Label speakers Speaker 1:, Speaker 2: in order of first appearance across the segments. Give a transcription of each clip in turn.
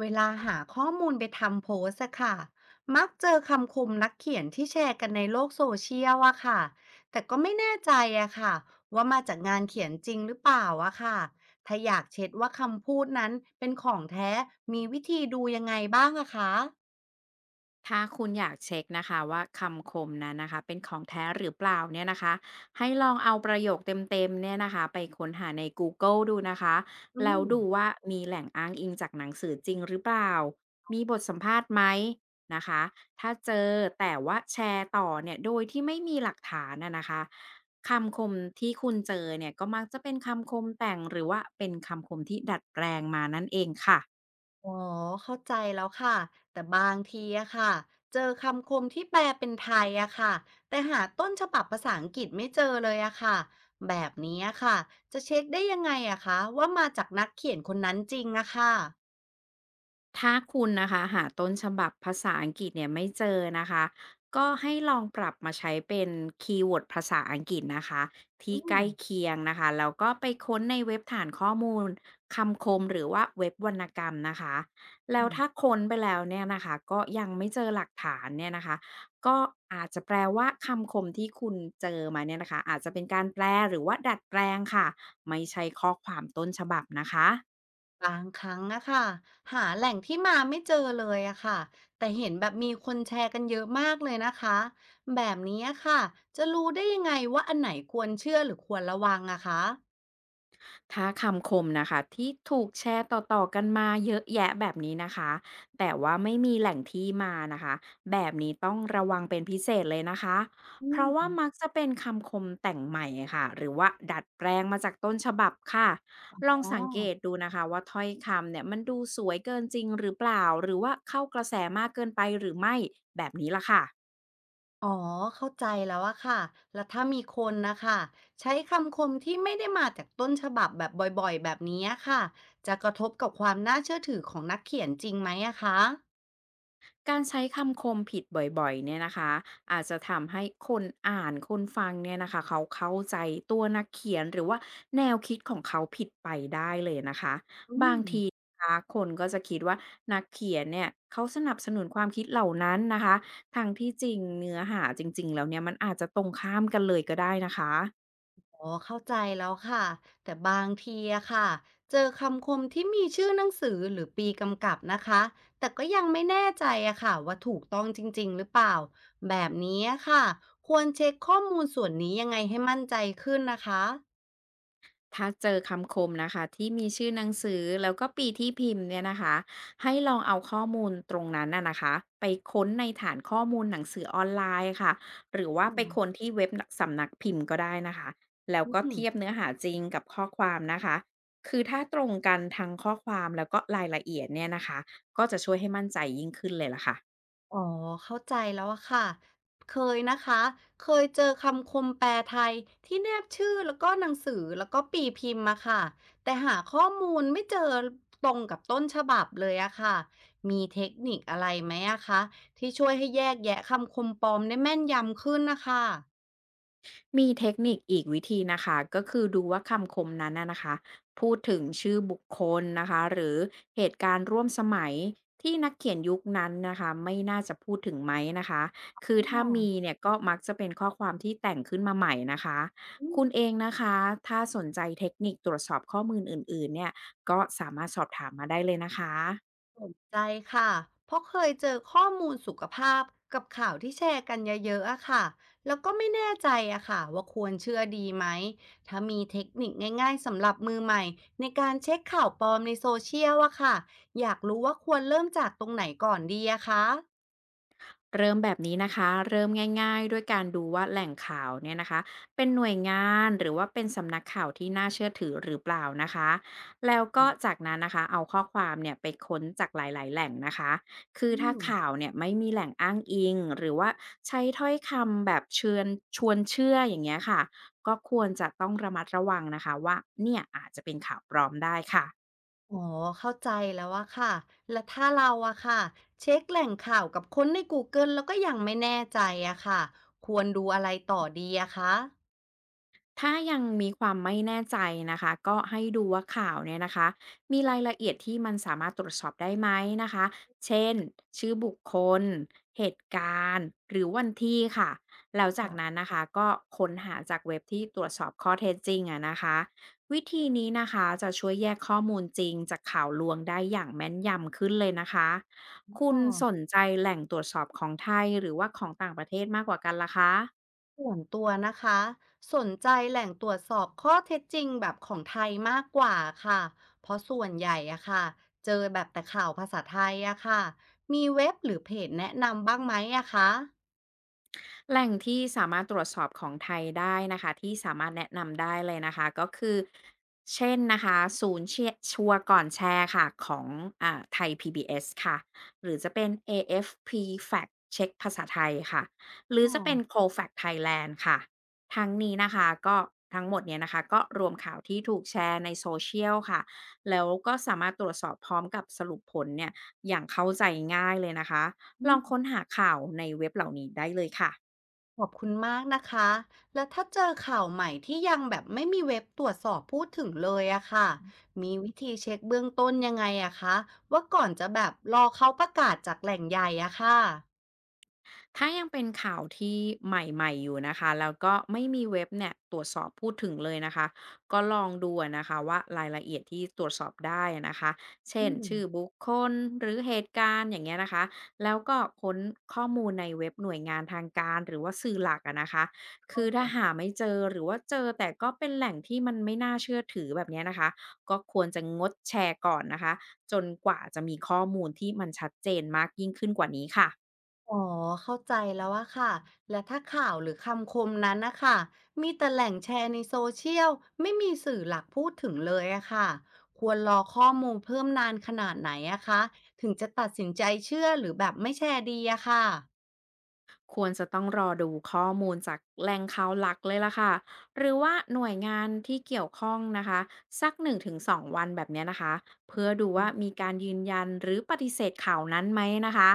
Speaker 1: เวลาหาข้อมูลไปทำโพสต์อะค่ะ มักเจอคำคมนักเขียนที่แชร์กันในโลกโซเชียลอะค่ะ แต่ก็ไม่แน่ใจอะค่ะว่ามาจากงานเขียนจริงหรือเปล่าอะค่ะถ้าอยากเช็ดว่าคำพูดนั้นเป็นของแท้มีวิธีดูยังไงบ้างอะคะ
Speaker 2: ถ้าคุณอยากเช็คนะคะว่าคำคมนั้นนะคะเป็นของแท้หรือเปล่าเนี่ยนะคะให้ลองเอาประโยคเต็มๆเนี่ยนะคะไปค้นหาใน Google ดูนะคะ
Speaker 1: อื
Speaker 2: แล้ว
Speaker 1: ม
Speaker 2: ดูว่ามีแหล่งอ้างอิงจากหนังสือจริงหรือเปล่ามีบทสัมภาษณ์ไหมนะคะถ้าเจอแต่ว่าแชร์ต่อเนี่ยโดยที่ไม่มีหลักฐานนะคะคำคมที่คุณเจอเนี่ยก็มักจะเป็นคำคมแต่งหรือว่าเป็นคำคมที่ดัดแปลงมานั่นเองค่ะ
Speaker 1: อ๋อเข้าใจแล้วค่ะแต่บางทีอะค่ะเจอคำคมที่แปลเป็นไทยอะค่ะแต่หาต้นฉบับภาษาอังกฤษไม่เจอเลยอะค่ะแบบนี้อะค่ะจะเช็คได้ยังไงอะคะว่ามาจากนักเขียนคนนั้นจริงอะค่ะ
Speaker 2: ถ้าคุณนะคะหาต้นฉบับภาษาอังกฤษเนี่ยไม่เจอนะคะก็ให้ลองปรับมาใช้เป็นคีย์เวิร์ดภาษาอังกฤษนะคะที่
Speaker 1: อื
Speaker 2: ใก
Speaker 1: ม
Speaker 2: ล้เคียงนะคะแล้วก็ไปค้นในเว็บฐานข้อมูลคำคมหรือว่าเว็บวรรณกรรมนะคะแล้วถ้า
Speaker 1: ค่ะ
Speaker 2: ค้นไปแล้วเนี่ยนะคะก็ยังไม่เจอหลักฐานเนี่ยนะคะก็อาจจะแปลว่าคำคมที่คุณเจอมาเนี่ยนะคะอาจจะเป็นการแปลหรือว่าดัดแปลงค่ะไม่ใช่ข้อความต้นฉบับนะคะ
Speaker 1: บางครั้งอะค่ะหาแหล่งที่มาไม่เจอเลยอะค่ะแต่เห็นแบบมีคนแชร์กันเยอะมากเลยนะคะแบบนี้อะค่ะจะรู้ได้ยังไงว่าอันไหนควรเชื่อหรือควรระวังอะคะ
Speaker 2: ถ้าคำคมนะคะที่ถูกแชร์ต่อๆกันมาเยอะแยะแบบนี้นะคะแต่ว่าไม่มีแหล่งที่มานะคะแบบนี้ต้องระวังเป็นพิเศษเลยนะคะ
Speaker 1: อื
Speaker 2: เพราะว่า
Speaker 1: ม
Speaker 2: มักจะเป็นคำคมแต่งใหม่ค่ะหรือว่าดัดแปลงมาจากต้นฉบับค่ะ
Speaker 1: อ
Speaker 2: ลอง
Speaker 1: ๋อ
Speaker 2: สังเกตดูนะคะว่าถ้อยคำเนี่ยมันดูสวยเกินจริงหรือเปล่าหรือว่าเข้ากระแสมากเกินไปหรือไม่แบบนี้ล่ะค่ะ
Speaker 1: อ๋อเข้าใจแล้วอะค่ะแล้วถ้ามีคนนะคะใช้คำคมที่ไม่ได้มาจากต้นฉบับแบบบ่อยๆแบบนี้อะค่ะจะกระทบกับความน่าเชื่อถือของนักเขียนจริงไหมอะคะ
Speaker 2: การใช้คำคมผิดบ่อยๆเนี่ยนะคะอาจจะทำให้คนอ่านคนฟังเนี่ยนะคะเขาเข้าใจตัวนักเขียนหรือว่าแนวคิดของเขาผิดไปได้เลยนะคะ
Speaker 1: อื
Speaker 2: บาง
Speaker 1: ม
Speaker 2: ทีนะคะคนก็จะคิดว่านักเขียนเนี่ยเขาสนับสนุนความคิดเหล่านั้นนะคะทางที่จริงเนื้อหาจริงๆแล้วเนี่ยมันอาจจะตรงข้ามกันเลยก็ได้นะคะ
Speaker 1: อ๋อเข้าใจแล้วค่ะแต่บางทีอะค่ะเจอคำคมที่มีชื่อหนังสือหรือปีกำกับนะคะแต่ก็ยังไม่แน่ใจอะค่ะว่าถูกต้องจริงๆหรือเปล่าแบบนี้อะค่ะควรเช็คข้อมูลส่วนนี้ยังไงให้มั่นใจขึ้นนะคะ
Speaker 2: ถ้าเจอคำคมนะคะที่มีชื่อหนังสือแล้วก็ปีที่พิมพ์เนี่ยนะคะให้ลองเอาข้อมูลตรงนั้นน่ะนะคะไปค้นในฐานข้อมูลหนังสือออนไลน์ค่ะหรือว่า
Speaker 1: อ๋อ
Speaker 2: ไปค้นที่เว็บสำนักพิมพ์ก็ได้นะคะแล้ว
Speaker 1: อื
Speaker 2: ก็
Speaker 1: ม
Speaker 2: เทียบเนื้อหาจริงกับข้อความนะคะคือถ้าตรงกันทั้งข้อความแล้วก็รายละเอียดเนี่ยนะคะก็จะช่วยให้มั่นใจยิ่งขึ้นเลยล่ะค่ะ
Speaker 1: อ๋อเข้าใจแล้วอะค่ะเคยนะคะเคยเจอคำคมแปลไทยที่แนบชื่อแล้วก็หนังสือแล้วก็ปีพิมพ์มาค่ะแต่หาข้อมูลไม่เจอตรงกับต้นฉบับเลยอะค่ะมีเทคนิคอะไรไหมอะคะที่ช่วยให้แยกแยะคำคมปลอมได้แม่นยำขึ้นนะคะ
Speaker 2: มีเทคนิคอีกวิธีนะคะก็คือดูว่าคำคมนั้นนะคะพูดถึงชื่อบุคคลนะคะหรือเหตุการณ์ร่วมสมัยที่นักเขียนยุคนั้นนะคะไม่น่าจะพูดถึงไหมนะคะคือ
Speaker 1: อ
Speaker 2: ถ้า
Speaker 1: ๋
Speaker 2: มีเนี่ยก็มักจะเป็นข้อความที่แต่งขึ้นมาใหม่นะคะคุณ
Speaker 1: อ
Speaker 2: เองนะคะถ้าสนใจเทคนิคตรวจสอบข้อมูลอื่นๆเนี่ยก็สามารถสอบถามมาได้เลยนะคะ
Speaker 1: สนใจค่ะเพราะเคยเจอข้อมูลสุขภาพกับข่าวที่แชร์กันเยอะๆอะค่ะแล้วก็ไม่แน่ใจอะค่ะว่าควรเชื่อดีไหมถ้ามีเทคนิคง่ายๆสำหรับมือใหม่ในการเช็คข่าวปลอมในโซเชียลอะค่ะอยากรู้ว่าควรเริ่มจากตรงไหนก่อนดีอะคะ
Speaker 2: เริ่มแบบนี้นะคะเริ่มง่ายๆด้วยการดูว่าแหล่งข่าวเนี่ยนะคะเป็นหน่วยงานหรือว่าเป็นสำนักข่าวที่น่าเชื่อถือหรือเปล่านะคะแล้วก็จากนั้นนะคะเอาข้อความเนี่ยไปค้นจากหลายๆแหล่งนะคะคือ
Speaker 1: อื
Speaker 2: ถ้า
Speaker 1: ม
Speaker 2: ข่าวเนี่ยไม่มีแหล่งอ้างอิงหรือว่าใช้ถ้อยคำแบบเชิญชวนเชื่ออย่างเงี้ยค่ะก็ควรจะต้องระมัดระวังนะคะว่าเนี่ยอาจจะเป็นข่าวปลอมได้ค่ะ
Speaker 1: อ๋อเข้าใจแล้วอะค่ะและถ้าเราอะค่ะเช็คแหล่งข่าวกับคนใน Google แล้วก็ยังไม่แน่ใจอะค่ะควรดูอะไรต่อดีอะคะ
Speaker 2: ถ้ายังมีความไม่แน่ใจนะคะก็ให้ดูว่าข่าวเนี่ยนะคะมีรายละเอียดที่มันสามารถตรวจสอบได้ไหมนะคะเช่นชื่อบุคคลเหตุการณ์หรือวันที่ค่ะแล้วจาก
Speaker 1: ค่
Speaker 2: นั้นนะคะก็ค้นหาจากเว็บที่ตรวจสอบข้อเท็จจริงอะนะคะวิธีนี้นะคะจะช่วยแยกข้อมูลจริงจากข่าวลวงได้อย่างแม่นยำขึ้นเลยนะคะคุณส
Speaker 1: ะ
Speaker 2: นใจแหล่งตรวจสอบของไทยหรือว่าของต่างประเทศมากกว่ากันล่ะคะ
Speaker 1: ส่วนตัวนะคะสนใจแหล่งตรวจสอบข้อเท็จจริงแบบของไทยมากกว่าค่ะเพราะส่วนใหญ่อะค่ะเจอแบบแต่ข่าวภาษาไทยอะค่ะมีเว็บหรือเพจแนะนำบ้างไหมอะคะ
Speaker 2: แหล่งที่สามารถตรวจสอบของไทยได้นะคะที่สามารถแนะนำได้เลยนะคะก็คือเช่นนะคะศูนย์เชียชัวร์ก่อนแชร์ค่ะของไทย PBS ค่ะหรือจะเป็น AFP Fact Check ภาษาไทยค่ะหรือ
Speaker 1: อ๋อ
Speaker 2: จะเป็น c o f a ฟ t Thailand ค่ะทั้งนี้นะคะก็ทั้งหมดเนี่ยนะคะก็รวมข่าวที่ถูกแชร์ในโซเชียลค่ะแล้วก็สามารถตรวจสอบพร้อมกับสรุปผลเนี่ยอย่างเข้าใจง่ายเลยนะคะ
Speaker 1: อื
Speaker 2: ลอง
Speaker 1: ม
Speaker 2: ค้นหาข่าวในเว็บเหล่านี้ได้เลยค่ะ
Speaker 1: ขอบคุณมากนะคะแล้วถ้าเจอข่าวใหม่ที่ยังแบบไม่มีเว็บตรวจสอบพูดถึงเลยอะค่ะมีวิธีเช็คเบื้องต้นยังไงอะคะว่าก่อนจะแบบรอเขาประกาศจากแหล่งใหญ่อะค่ะ
Speaker 2: ถ้ายังเป็นข่าวที่ใหม่ๆอยู่นะคะแล้วก็ไม่มีเว็บเนี่ยตรวจสอบพูดถึงเลยนะคะก็ลองดูอะนะคะว่ารายละเอียดที่ตรวจสอบได้อะนะคะเช่
Speaker 1: อื
Speaker 2: น
Speaker 1: ม
Speaker 2: ชื่อบุคคลหรือเหตุการณ์อย่างเงี้ยนะคะแล้วก็ค้นข้อมูลในเว็บหน่วยงานทางการหรือว่าสื่อหลักอะนะคะคือถ้าหาไม่เจอหรือว่าเจอแต่ก็เป็นแหล่งที่มันไม่น่าเชื่อถือแบบเนี้ยนะคะก็ควรจะงดแชร์ก่อนนะคะจนกว่าจะมีข้อมูลที่มันชัดเจนมากยิ่งขึ้นกว่านี้ค่ะ
Speaker 1: อ๋อเข้าใจแล้วอะค่ะและถ้าข่าวหรือคำคมนั้นนะคะมีแต่แหล่งแชร์ในโซเชียลไม่มีสื่อหลักพูดถึงเลยอะค่ะควรรอข้อมูลเพิ่มนานขนาดไหนอะคะถึงจะตัดสินใจเชื่อหรือแบบไม่แชร์ดีอะค่ะ
Speaker 2: ควรจะต้องรอดูข้อมูลจากแหล่งข่าวหลักเลยล่ะค่ะหรือว่าหน่วยงานที่เกี่ยวข้องนะคะสัก1 ถึง 2วันแบบเนี้ยนะคะเพื่อดูว่ามีการยืนยันหรือปฏิเสธข่าวนั้นไหมนะคะ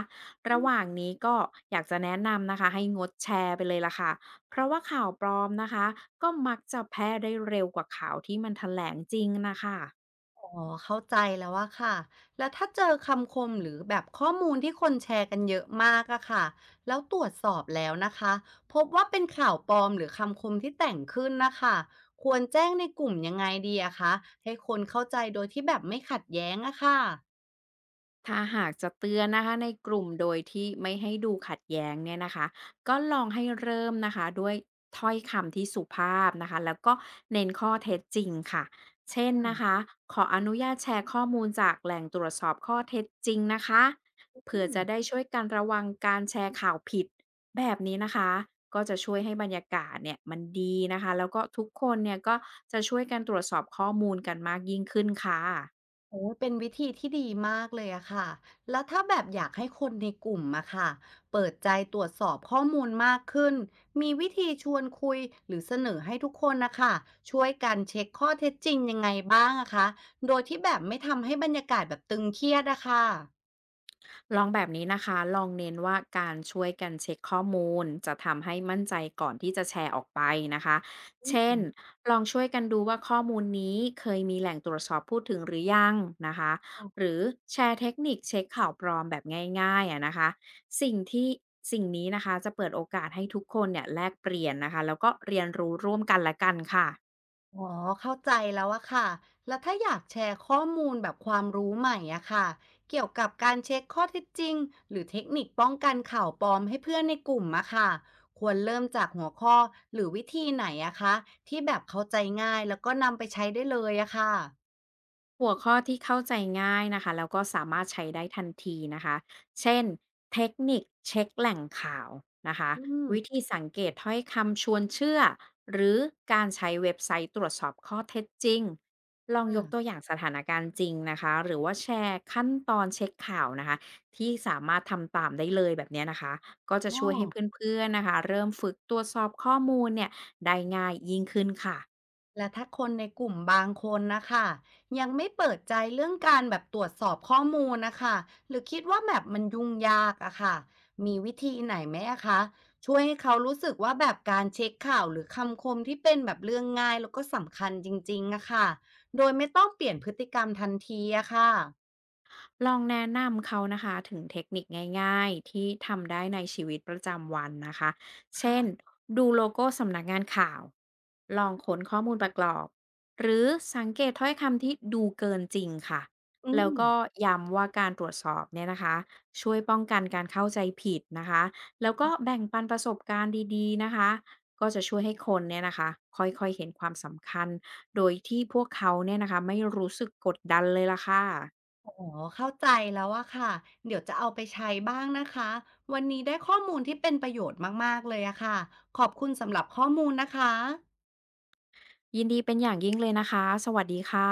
Speaker 2: ระหว่างนี้ก็อยากจะแนะนำนะคะให้งดแชร์ไปเลยล่ะค่ะเพราะว่าข่าวปลอมนะคะก็มักจะแพร่ได้เร็วกว่าข่าวที่มันแถลงจริงนะคะ
Speaker 1: อ๋อเข้าใจแล้วอะค่ะแล้วถ้าเจอคำคมหรือแบบข้อมูลที่คนแชร์กันเยอะมากอะค่ะแล้วตรวจสอบแล้วนะคะพบว่าเป็นข่าวปลอมหรือคำคมที่แต่งขึ้นนะคะควรแจ้งในกลุ่มยังไงดีอะคะให้คนเข้าใจโดยที่แบบไม่ขัดแย้งอะค่ะ
Speaker 2: ถ้าหากจะเตือนนะคะในกลุ่มโดยที่ไม่ให้ดูขัดแย้งเนี่ยนะคะก็ลองให้เริ่มนะคะด้วยถ้อยคำที่สุภาพนะคะแล้วก็เน้นข้อเท็จจริงค่ะเช่นนะคะขออนุญาตแชร์ข้อมูลจากแหล่งตรวจสอบข้อเท็จจริงนะคะเผื่
Speaker 1: อื
Speaker 2: อ
Speaker 1: ม
Speaker 2: จะได้ช่วยกันระวังการแชร์ข่าวผิดแบบนี้นะคะก็จะช่วยให้บรรยากาศเนี่ยมันดีนะคะแล้วก็ทุกคนเนี่ยก็จะช่วยกันตรวจสอบข้อมูลกันมากยิ่งขึ้นค่ะ
Speaker 1: โอ้ยเป็นวิธีที่ดีมากเลยอะค่ะ แล้วถ้าแบบอยากให้คนในกลุ่มอะค่ะ เปิดใจตรวจสอบข้อมูลมากขึ้น มีวิธีชวนคุยหรือเสนอให้ทุกคนนะคะ ช่วยกันเช็คข้อเท็จจริงยังไงบ้างอะคะ โดยที่แบบไม่ทำให้บรรยากาศแบบตึงเครียดอะค่ะ
Speaker 2: ลองแบบนี้นะคะลองเน้นว่าการช่วยกันเช็คข้อมูลจะทำให้มั่นใจก่อนที่จะแชร์ออกไปนะคะเช่นลองช่วยกันดูว่าข้อมูลนี้เคยมีแหล่งตรวจสอบพูดถึงหรือยังนะคะ หรือแชร์เทคนิคเช็คข่าวปลอมแบบง่ายๆอะนะคะสิ่งที่สิ่งนี้นะคะจะเปิดโอกาสให้ทุกคนเนี่ยแลกเปลี่ยนนะคะแล้วก็เรียนรู้ร่วมกันละกันค่ะ
Speaker 1: อ๋อเข้าใจแล้วอะค่ะแล้วถ้าอยากแชร์ข้อมูลแบบความรู้ใหม่อะค่ะเกี่ยวกับการเช็คข้อเท็จจริงหรือเทคนิคป้องกันข่าวปลอมให้เพื่อนในกลุ่มอะค่ะควรเริ่มจากหัวข้อหรือวิธีไหนอะคะที่แบบเข้าใจง่ายแล้วก็นำไปใช้ได้เลยอะค่ะ
Speaker 2: หัวข้อที่เข้าใจง่ายนะคะแล้วก็สามารถใช้ได้ทันทีนะคะเช่นเทคนิคเช็คแหล่งข่าวนะคะ
Speaker 1: อืม
Speaker 2: วิธีสังเกตถ้อยคำชวนเชื่อหรือการใช้เว็บไซต์ตรวจสอบข้อเท็จจริงลองยกตัว
Speaker 1: ค่ะ
Speaker 2: อย่างสถานการณ์จริงนะคะหรือว่าแชร์ขั้นตอนเช็คข่าวนะคะที่สามารถทำตามได้เลยแบบเนี้ยนะคะก็จะ
Speaker 1: อ๋อ
Speaker 2: ช่วยให้เพื่อนๆนะคะเริ่มฝึกตรวจสอบข้อมูลเนี่ยได้ง่ายยิ่งขึ้นค่ะ
Speaker 1: และถ้าคนในกลุ่มบางคนนะคะยังไม่เปิดใจเรื่องการแบบตรวจสอบข้อมูลนะคะหรือคิดว่าแบบมันยุ่งยากอะค่ะมีวิธีไหนไหมอะคะช่วยให้เขารู้สึกว่าแบบการเช็คข่าวหรือคำคมที่เป็นแบบเรื่องง่ายแล้วก็สำคัญจริงๆอะค่ะโดยไม่ต้องเปลี่ยนพฤติกรรมทันทีอะค่ะ
Speaker 2: ลองแนะนำเขานะคะถึงเทคนิคง่ายๆที่ทำได้ในชีวิตประจำวันนะคะเช่น
Speaker 1: ค่ะ
Speaker 2: ดูโลโก้สำนักงานข่าวลองค้นข้อมูลประกอบหรือสังเกตถ้อยคำที่ดูเกินจริงค่ะ
Speaker 1: อื
Speaker 2: แล้ว
Speaker 1: ม
Speaker 2: ก็ย้ำว่าการตรวจสอบเนี่ยนะคะช่วยป้องกันการเข้าใจผิดนะคะแล้วก็แบ่งปันประสบการณ์ดีๆนะคะก็จะช่วยให้คนเนี่ยนะคะค่อยๆเห็นความสำคัญโดยที่พวกเขาเนี่ยนะคะไม่รู้สึกกดดันเลยล่ะค่ะ
Speaker 1: อ๋อเข้าใจแล้วอะค่ะเดี๋ยวจะเอาไปใช้บ้างนะคะวันนี้ได้ข้อมูลที่เป็นประโยชน์มากๆเลยอะค่ะขอบคุณสำหรับข้อมูลนะคะ
Speaker 2: ยินดีเป็นอย่างยิ่งเลยนะคะ สวัสดีค่ะ